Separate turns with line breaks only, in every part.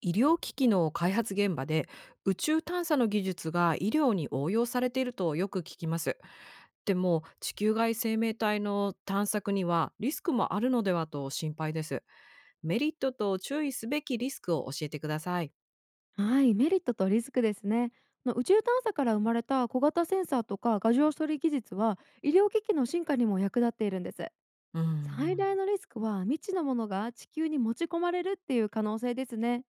医療機器の開発現場で宇宙探査の技術が医療に応用されているとよく聞きます。でも地球外生命体の探索にはリスクもあるのではと心配です。メリットと注意すべきリスクを教えてください。
はい、メリットとリスクですね。宇宙探査から生まれた小型センサーとか画像処理技術は医療機器の進化にも役立っているんです。
うー
最
ん。
大のリスクは未知のものが地球に持ち込まれるっていう可能性ですね。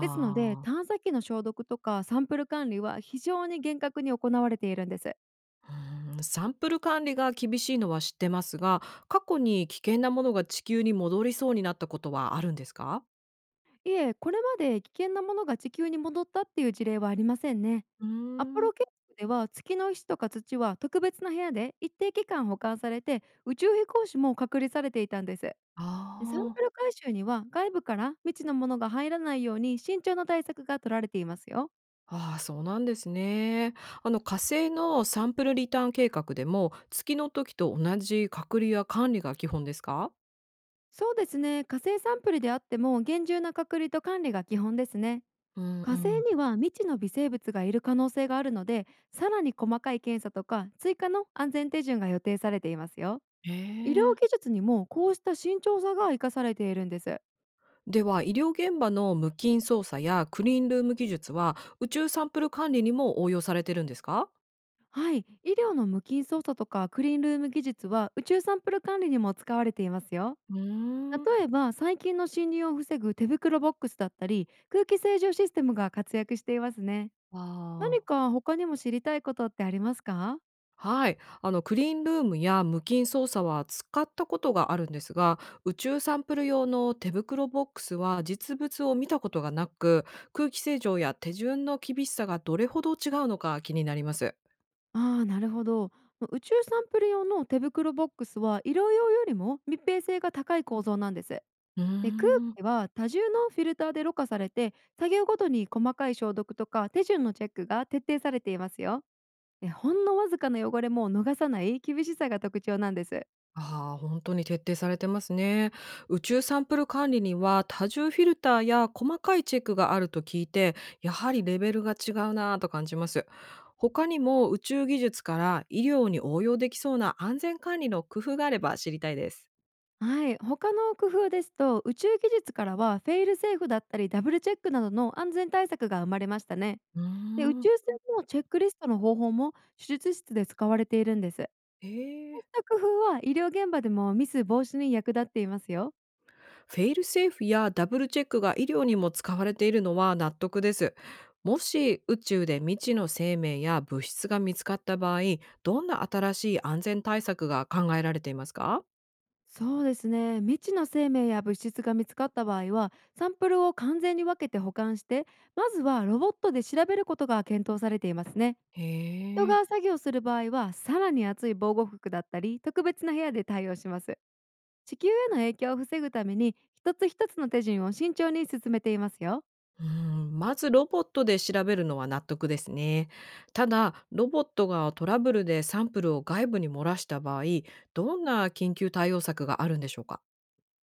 ですので
あ。
探査機の消毒とかサンプル管理は非常に厳格に行われているんです。
うーん、サンプル管理が厳しいのは知ってますが、過去に危険なものが地球に戻りそうになったことはあるんですか？
いえ、これまで危険なものが地球に戻ったっていう事例はありませんね。
うー
アポ
ん。
ロ計画では月の石とか土は特別な部屋で一定期間保管されて宇宙飛行士も隔離されていたんです。でサンプ
ああー。
ル回収には外部から未知のものが入らないように慎重な対策が取られていますよ。
ああ、そうなんですね。あの、火星のサンプルリターン計画でも、月の時と同じ隔離や管理が基本ですか？
そうですね、火星サンプルであっても厳重な隔離と管理が基本ですね。
うんう
火星
ん。
には未知の微生物がいる可能性があるので、さらに細かい検査とか追加の安全手順が予定されていますよ。
へ
医療
え。
技術にもこうした慎重さが生かされているんです。
では、医療現場の無菌操作やクリーンルーム技術は、宇宙サンプル管理にも応用されてるんですか？
はい、医療の無菌操作とかクリーンルーム技術は宇宙サンプル管理にも使われていますよ。
うーん。
例えば細菌の侵入を防ぐ手袋ボックスだったり空気清浄システムが活躍していますね。
あ
何
あ。
か他にも知りたいことってありますか？
はい、あの、クリーンルームや無菌操作は使ったことがあるんですが、宇宙サンプル用の手袋ボックスは実物を見たことがなく、空気清浄や手順の厳しさがどれほど違うのか気になります。
なるほど。宇宙サンプル用の手袋ボックスは医療用よりも密閉性が高い構造なんです。
うー
で、空
ん。
気は多重のフィルターでろ過されて、作業ごとに細かい消毒とか手順のチェックが徹底されていますよ。でほんのわずかな汚れも逃さない厳しさが特徴なんです。
ああ、本当に徹底されてますね。宇宙サンプル管理には多重フィルターや細かいチェックがあると聞いて、やはりレベルが違うなぁと感じます。他にも宇宙技術から医療に応用できそうな安全管理の工夫があれば知りたいです。
はい、他の工夫ですと、宇宙技術からはフェイルセーフだったりダブルチェックなどの安全対策が生まれましたね。
うー
で、宇
ん。
宙船のチェックリストの方法も手術室で使われているんです。こう
え
し
え。
た工夫は医療現場でもミス防止に役立っていますよ。
フェイルセーフやダブルチェックが医療にも使われているのは納得です。もし宇宙で未知の生命や物質が見つかった場合、どんな新しい安全対策が考えられていますか？
そうですね、未知の生命や物質が見つかった場合はサンプルを完全に分けて保管して、まずはロボットで調べることが検討されていますね。
へ
人
え。
が作業する場合はさらに熱い防護服だったり特別な部屋で対応します。地球への影響を防ぐために一つ一つの手順を慎重に進めていますよ。
うん、まずロボットで調べるのは納得ですね。ただ、ロボットがトラブルでサンプルを外部に漏らした場合、どんな緊急対応策があるんでしょうか？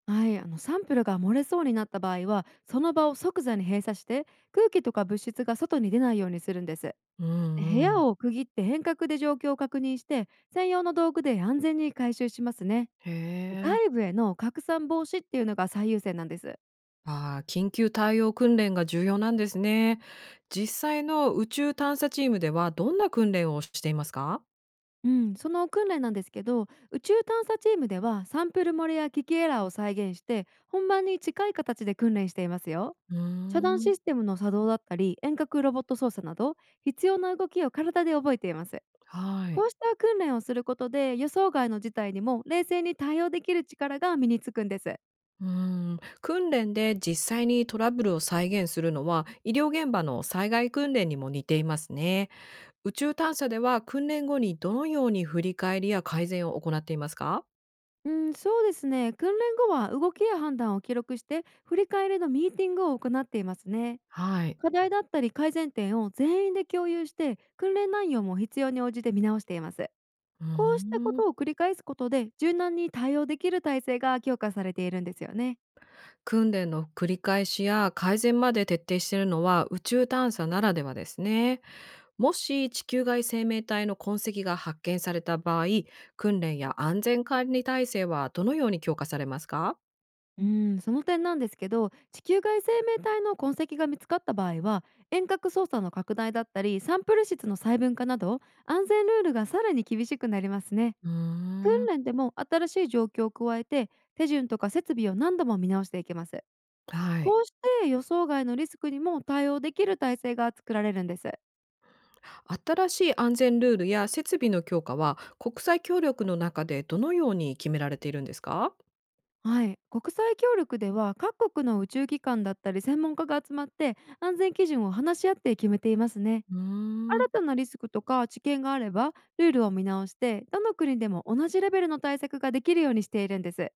はい、サンプルが漏れそうになった場合はその場を即座に閉鎖して、空気とか物質が外に出ないようにするんです。
う
部
んう
屋
ん。
を区切って変革で状況を確認して、専用の道具で安全に回収しますね。
へえ。
外部への拡散防止っていうのが最優先なんです。
ああ、緊急対応訓練が重要なんですね。実際の宇宙探査チームではどんな訓練をしていますか？
うん、その訓練なんですけど、宇宙探査チームではサンプル漏れや機器エラーを再現して本番に近い形で訓練していますよ。
うー
遮断
ん、
システムの作動だったり遠隔ロボット操作など、必要な動きを体で覚えています。
はい。
こうした訓練をすることで予想外の事態にも冷静に対応できる力が身につくんです。
うーん、訓練で実際にトラブルを再現するのは医療現場の災害訓練にも似ていますね。宇宙探査では訓練後にどのように振り返りや改善を行っていますか？
うん、そうですね。訓練後は動きや判断を記録して振り返りのミーティングを行っていますね。
はい。
課題だったり改善点を全員で共有して、訓練内容も必要に応じて見直しています。
うー
こうしたことを
ん。
繰り返すことで柔軟に対応できる体制が強化されているんですよね。
訓練の繰り返しや改善まで徹底しているのは宇宙探査ならではですね。もし地球外生命体の痕跡が発見された場合、訓練や安全管理体制はどのように強化されますか？
うん、その点なんですけど、地球外生命体の痕跡が見つかった場合は、遠隔操作の拡大だったりサンプル室の細分化など、安全ルールがさらに厳しくなりますね。
うー
訓
ん。
練でも新しい状況を加えて手順とか設備を何度も見直していけます。
はい。
こうして予想外のリスクにも対応できる体制が作られるんです。
新しい安全ルールや設備の強化は国際協力の中でどのように決められているんですか？
はい、国際協力では各国の宇宙機関だったり専門家が集まって安全基準を話し合って決めていますね。
うー
新
ん。
たなリスクとか知見があればルールを見直して、どの国でも同じレベルの対策ができるようにしているんです。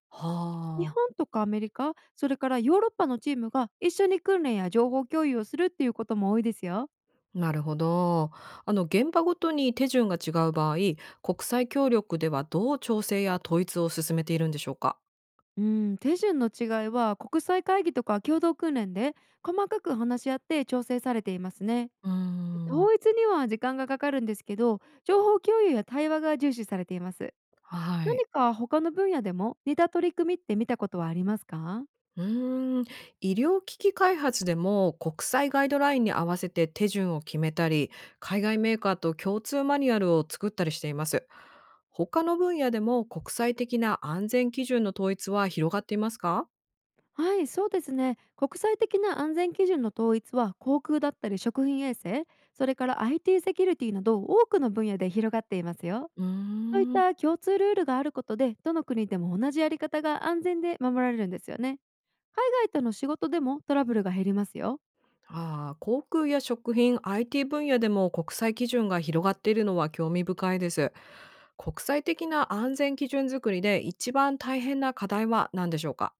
日
はあ。
本とかアメリカ、それからヨーロッパのチームが一緒に訓練や情報共有をするっていうことも多いですよ。
なるほど。あの、現場ごとに手順が違う場合、国際協力ではどう調整や統一を進めているんでしょうか？
うん、手順の違いは国際会議とか共同訓練で細かく話し合って調整されていますね。
うーん。
統一には時間がかかるんですけど、情報共有や対話が重視されています。
はい。
何か他の分野でも似た取り組みって見たことはありますか？
うーん、医療機器開発でも国際ガイドラインに合わせて手順を決めたり、海外メーカーと共通マニュアルを作ったりしています。他の分野でも国際的な安全基準の統一は広がっていますか？
はい、そうですね。国際的な安全基準の統一は航空だったり食品衛生、それから IT セキュリティなど多くの分野で広がっていますよ。
うー
そういっ
ん。
た共通ルールがあることで、どの国でも同じやり方が安全で守られるんですよね。海外との仕事でもトラブルが減りますよ。
ああ、航空や食品、IT 分野でも国際基準が広がっているのは興味深いです。国際的な安全基準作りで一番大変な課題は何でしょうか？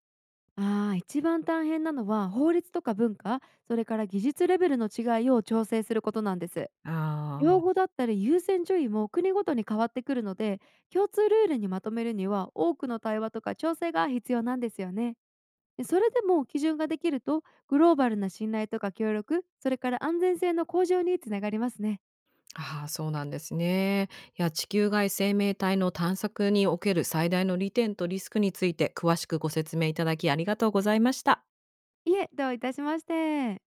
ああ、一番大変なのは法律とか文化、それから技術レベルの違いを調整することなんです。
あ
用
ー。
語だったり優先順位も国ごとに変わってくるので、共通ルールにまとめるには多くの対話とか調整が必要なんですよね。でそれでも基準ができると、グローバルな信頼とか協力、それから安全性の向上につながりますね。
ああ、そうなんですね。いや、地球外生命体の探索における最大の利点とリスクについて詳しくご説明いただきありがとうございました。
いえ、どういたしまして。